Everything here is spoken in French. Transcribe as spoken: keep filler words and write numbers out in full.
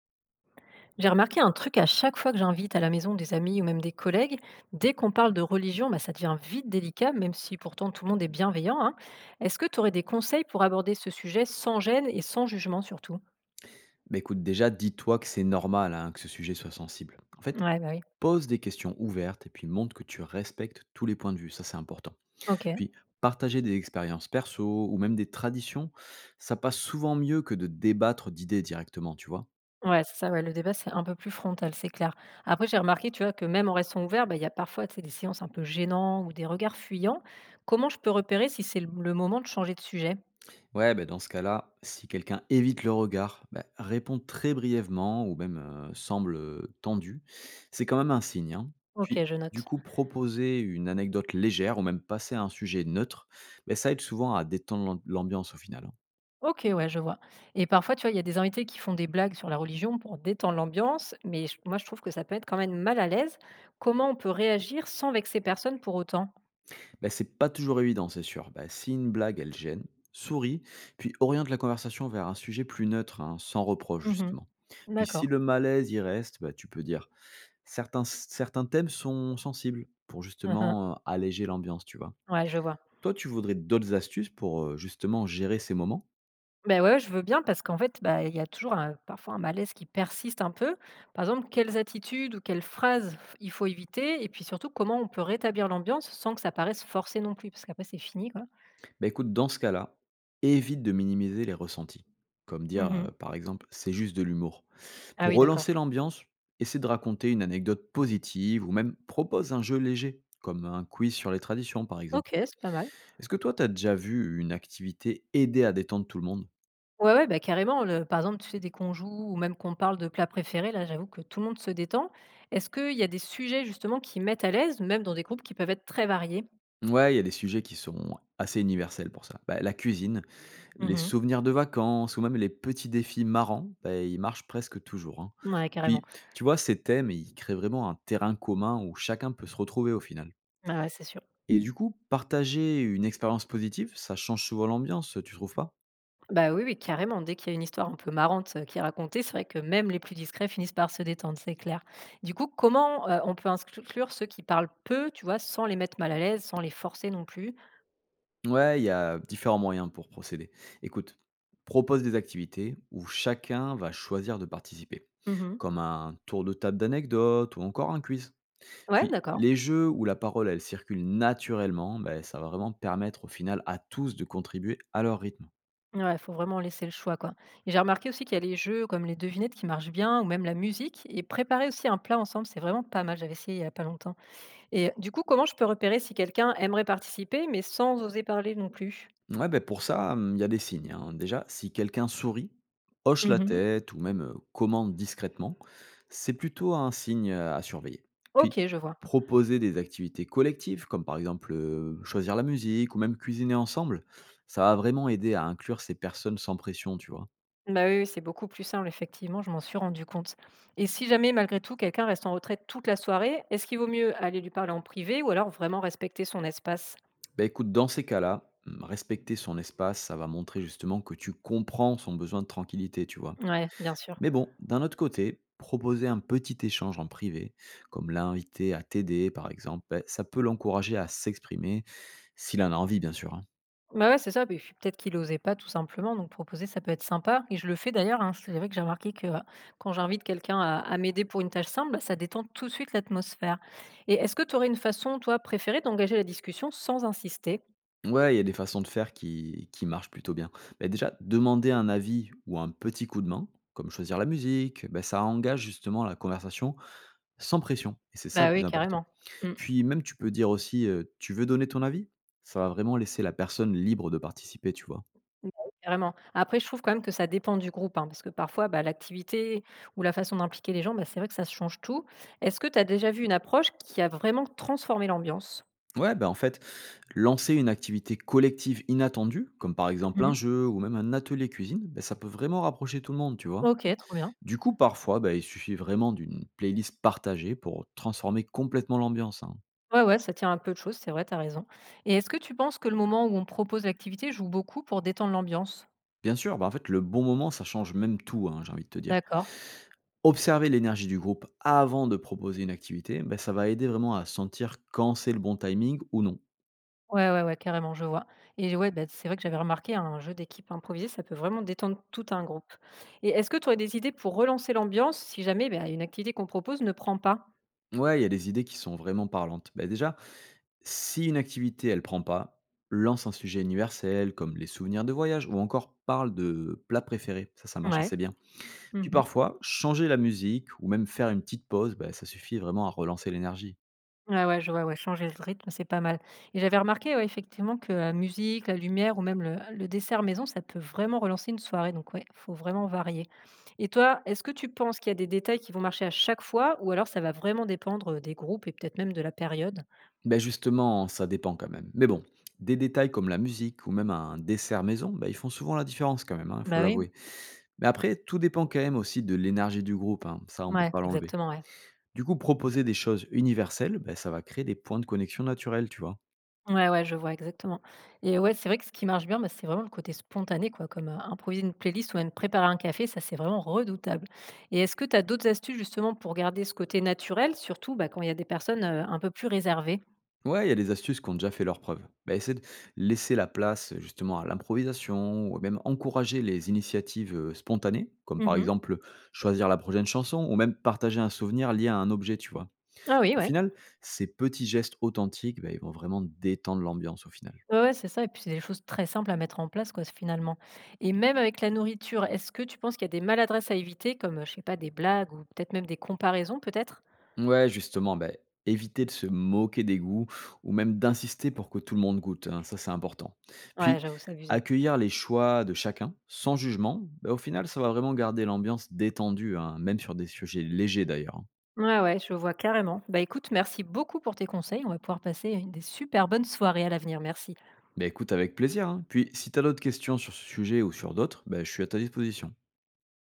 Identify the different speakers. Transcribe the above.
Speaker 1: J'ai remarqué un truc à chaque fois que j'invite à la maison des amis ou même des collègues, dès qu'on parle de religion, bah, ça devient vite délicat, même si pourtant tout le monde est bienveillant, hein. Est-ce que tu aurais des conseils pour aborder ce sujet sans gêne et sans jugement surtout?
Speaker 2: Bah écoute, déjà, dis-toi que c'est normal hein, que ce sujet soit sensible. En fait,
Speaker 1: Ouais, bah oui.
Speaker 2: pose des questions ouvertes et puis montre que tu respectes tous les points de vue, ça c'est important.
Speaker 1: Ok.
Speaker 2: Puis, partager des expériences perso ou même des traditions, ça passe souvent mieux que de débattre d'idées directement, tu vois.
Speaker 1: Ouais, c'est ça, ouais, le débat, c'est un peu plus frontal, c'est clair. Après, j'ai remarqué, tu vois, que même en restant ouvert, bah, il y a parfois tu sais, des séances un peu gênantes ou des regards fuyants. Comment je peux repérer si c'est le le moment de changer de sujet?
Speaker 2: Ouais, bah, dans ce cas-là, si quelqu'un évite le regard, bah, répond très brièvement ou même euh, semble euh, tendu, c'est quand même un signe, hein.
Speaker 1: Ok,
Speaker 2: Puis,
Speaker 1: je
Speaker 2: du
Speaker 1: note.
Speaker 2: coup, proposer une anecdote légère ou même passer à un sujet neutre, bah, ça aide souvent à détendre l'am- l'ambiance au final, hein.
Speaker 1: OK, ouais, je vois, et parfois, tu vois, il y a des invités qui font des blagues sur la religion pour détendre l'ambiance, mais j moi, je trouve que ça peut être quand même mal à l'aise. Comment on peut réagir sans vexer personne pour autant?
Speaker 2: Bah, c'est pas toujours évident, c'est sûr. Bah, si une blague, elle gêne, souris, puis oriente la conversation vers un sujet plus neutre, hein, sans reproche
Speaker 1: Mmh.
Speaker 2: justement. Puis si
Speaker 1: D'accord.
Speaker 2: le malaise y reste, bah, tu peux dire Certains certains thèmes sont sensibles pour
Speaker 1: Mmh.
Speaker 2: justement, heu, alléger l'ambiance, tu vois?
Speaker 1: Ouais, je vois.
Speaker 2: Toi, tu voudrais d'autres astuces pour, heu, justement gérer ces moments?
Speaker 1: Ben ouais, ouais, je veux bien parce qu'en fait, bah, il y a toujours un parfois un malaise qui persiste un peu. Par exemple, quelles attitudes ou quelles phrases f il faut éviter? Et puis surtout, comment on peut rétablir l'ambiance sans que ça paraisse forcé non plus? Parce qu'après c'est fini, quoi.
Speaker 2: Bah, écoute, dans ce cas-là, évite de minimiser les ressentis, comme dire, heu,
Speaker 1: Mmh.
Speaker 2: par exemple: «C'est juste de l'humour».
Speaker 1: Ah
Speaker 2: Pour
Speaker 1: oui, d'accord.
Speaker 2: relancer l'ambiance, essaie de raconter une anecdote positive ou même propose un jeu léger, comme un quiz sur les traditions, par
Speaker 1: OK,
Speaker 2: exemple.
Speaker 1: c'est pas mal.
Speaker 2: Est-ce que toi, tu as déjà vu une activité aider à détendre tout le monde?
Speaker 1: Ouais, ouais, bah, carrément, le par exemple, tu sais, dès qu'on joue ou même qu'on parle de plats préférés, là, j'avoue que tout le monde se détend. Est-ce qu'il y a des sujets justement qui mettent à l'aise, même dans des groupes qui peuvent être très variés?
Speaker 2: Ouais, il y a des sujets qui sont assez universels pour ça. Bah, la cuisine, les
Speaker 1: Mmh.
Speaker 2: souvenirs de vacances ou même les petits défis marrants, bah, ils marchent presque toujours, hein.
Speaker 1: Ouais, carrément.
Speaker 2: Puis, tu vois, ces thèmes, ils créent vraiment un terrain commun où chacun peut se retrouver au final.
Speaker 1: Ah ouais, c'est sûr.
Speaker 2: Et du coup, partager une expérience positive, ça change souvent l'ambiance, tu trouves pas?
Speaker 1: Bah, oui, oui, carrément. Dès qu'il y a une histoire un peu marrante, heu, qui est racontée, c'est vrai que même les plus discrets finissent par se détendre, c'est clair. Du coup, comment, heu, on peut inclure ceux qui parlent peu, tu vois, sans les mettre mal à l'aise, sans les forcer non plus?
Speaker 2: Ouais, il y a différents moyens pour procéder. Écoute, propose des activités où chacun va choisir de participer,
Speaker 1: Mmh.
Speaker 2: comme un tour de table d'anecdotes ou encore un quiz.
Speaker 1: Ouais,
Speaker 2: Puis
Speaker 1: d'accord.
Speaker 2: les jeux où la parole elle circule naturellement, ben ça va vraiment permettre au final à tous de contribuer à leur rythme.
Speaker 1: Ouais, faut vraiment laisser le choix, quoi. Et j'ai remarqué aussi qu'il y a les jeux comme les devinettes qui marchent bien, ou même la musique. Et préparer aussi un plat ensemble, c'est vraiment pas mal. J'avais essayé il y a pas longtemps. Et du coup, comment je peux repérer si quelqu'un aimerait participer, mais sans oser parler non plus?
Speaker 2: Ouais, ben pour ça, hum, il y a des signes, hein. Déjà, si quelqu'un sourit, hoche la
Speaker 1: Mhm.
Speaker 2: tête ou même euh, commande discrètement, c'est plutôt un signe euh, à surveiller. Puis
Speaker 1: Ok, je vois.
Speaker 2: proposer des activités collectives, comme par exemple euh, choisir la musique ou même cuisiner ensemble, ça va vraiment aider à inclure ces personnes sans pression, tu vois.
Speaker 1: Bah oui, oui, c'est beaucoup plus simple, effectivement, je m'en suis rendu compte. Et si jamais, malgré tout, quelqu'un reste en retraite toute la soirée, est-ce qu'il vaut mieux aller lui parler en privé ou alors vraiment respecter son espace?
Speaker 2: Bah, écoute, dans ces cas-là, mmh, respecter son espace, ça va montrer justement que tu comprends son besoin de tranquillité, tu vois.
Speaker 1: Ouais, bien sûr.
Speaker 2: Mais bon, d'un autre côté, proposer un petit échange en privé, comme l'inviter à t'aider par exemple, bah, ça peut l'encourager à s'exprimer, s'il en a envie bien sûr, hein.
Speaker 1: Bah, ouais, c'est ça, puis peut-être qu'il osait pas tout simplement, donc proposer, ça peut être sympa et je le fais d'ailleurs, hein. C'est vrai que j'ai remarqué que, heu, quand j'invite quelqu'un à à m'aider pour une tâche simple, bah, ça détend tout de suite l'atmosphère. Et est-ce que tu aurais une façon, toi, préférée d'engager la discussion sans insister?
Speaker 2: Ouais, il y a des façons de faire qui, qui marchent plutôt bien. Mais déjà, demander un avis ou un petit coup de main, comme choisir la musique, ben ça engage justement la conversation sans pression. Et c'est ça
Speaker 1: Bah,
Speaker 2: le
Speaker 1: oui,
Speaker 2: plus important.
Speaker 1: carrément. Mmh.
Speaker 2: Puis même, tu peux dire aussi, heu: «Tu veux donner ton avis?» Ça va vraiment laisser la personne libre de participer, tu vois?
Speaker 1: Bah, oui, carrément. Après, je trouve quand même que ça dépend du groupe, hein, parce que parfois, bah, l'activité ou la façon d'impliquer les gens, bah, c'est vrai que ça change tout. Est-ce que tu as déjà vu une approche qui a vraiment transformé l'ambiance?
Speaker 2: Ouais, bah, en fait, lancer une activité collective inattendue, comme par exemple un
Speaker 1: Mmh.
Speaker 2: jeu ou même un atelier cuisine, bah, ça peut vraiment rapprocher tout le monde, tu vois?
Speaker 1: OK, trop bien.
Speaker 2: Du coup, parfois, bah, il suffit vraiment d'une playlist partagée pour transformer complètement l'ambiance, hein.
Speaker 1: Ouais, ouais, ça tient à peu de choses, c'est vrai, t'as raison. Et est-ce que tu penses que le moment où on propose l'activité joue beaucoup pour détendre l'ambiance?
Speaker 2: Bien sûr, bah, en fait, le bon moment, ça change même tout, hein, j'ai envie de te dire.
Speaker 1: D'accord.
Speaker 2: Observer l'énergie du groupe avant de proposer une activité, bah, ça va aider vraiment à sentir quand c'est le bon timing ou non.
Speaker 1: Ouais, ouais, ouais, carrément, je vois. Et ouais, bah, c'est vrai que j'avais remarqué, hein, un jeu d'équipe improvisé, ça peut vraiment détendre tout un groupe. Et est-ce que tu aurais des idées pour relancer l'ambiance si jamais bah, une activité qu'on propose ne prend pas?
Speaker 2: Ouais, il y a des idées qui sont vraiment parlantes. Bah, déjà, si une activité, elle prend pas, lance un sujet universel comme les souvenirs de voyage ou encore parle de plats préférés. Ça, ça marche
Speaker 1: Ouais.
Speaker 2: assez bien. Puis
Speaker 1: Mhm.
Speaker 2: parfois, changer la musique ou même faire une petite pause, bah, ça suffit vraiment à relancer l'énergie.
Speaker 1: Ouais, ouais, je vois, ouais, changer le rythme, c'est pas mal. Et j'avais remarqué, ouais, effectivement, que la musique, la lumière ou même le le dessert maison, ça peut vraiment relancer une soirée, donc ouais, faut vraiment varier. Et toi, est-ce que tu penses qu'il y a des détails qui vont marcher à chaque fois ou alors ça va vraiment dépendre, euh, des groupes et peut-être même de la période?
Speaker 2: Bah, justement, ça dépend quand même. Mais bon, des détails comme la musique ou même un dessert maison, bah, ils font souvent la différence quand même, hein, il faut
Speaker 1: Bah oui,
Speaker 2: l'avouer. Mais après, tout dépend quand même aussi de l'énergie du groupe, hein. Ça on peut
Speaker 1: ouais,
Speaker 2: pas l'enlever.
Speaker 1: exactement, ouais.
Speaker 2: Du coup, proposer des choses universelles, ben ça va créer des points de connexion naturels, tu vois.
Speaker 1: Ouais, ouais, je vois exactement. Et ouais, c'est vrai que ce qui marche bien, bah, c'est vraiment le côté spontané quoi, comme, heu, improviser une playlist ou même préparer un café, ça, c'est vraiment redoutable. Et est-ce que tu as d'autres astuces justement pour garder ce côté naturel, surtout, bah, quand il y a des personnes, heu, un peu plus réservées?
Speaker 2: Ouais, il y a des astuces qui ont déjà fait leurs preuves. Bah, essaie de laisser la place euh, justement à l'improvisation, ou même encourager les initiatives euh, spontanées, comme par
Speaker 1: Mmh.
Speaker 2: exemple choisir la prochaine chanson, ou même partager un souvenir lié à un objet, tu vois.
Speaker 1: Ah oui,
Speaker 2: Au
Speaker 1: ouais.
Speaker 2: final, ces petits gestes authentiques, bah, ils vont vraiment détendre l'ambiance au final.
Speaker 1: Ouais, ouais, c'est ça et puis c'est des choses très simples à mettre en place quoi, finalement. Et même avec la nourriture, est-ce que tu penses qu'il y a des maladresses à éviter comme, heu, je sais pas, des blagues ou peut-être même des comparaisons peut-être?
Speaker 2: Ouais, justement, bah, éviter de se moquer des goûts ou même d'insister pour que tout le monde goûte, hein, ça c'est important.
Speaker 1: Ouais,
Speaker 2: Puis,
Speaker 1: j'avoue, c'est abusé.
Speaker 2: accueillir les choix de chacun sans jugement, bah, au final, ça va vraiment garder l'ambiance détendue, hein, même sur des sujets légers d'ailleurs, hein.
Speaker 1: Ouais, ouais, je vois carrément. Bah écoute, merci beaucoup pour tes conseils. On va pouvoir passer une des super bonnes soirées à l'avenir. Merci.
Speaker 2: Bah, écoute, avec plaisir, hein. Puis, si tu as d'autres questions sur ce sujet ou sur d'autres, bah, je suis à ta disposition.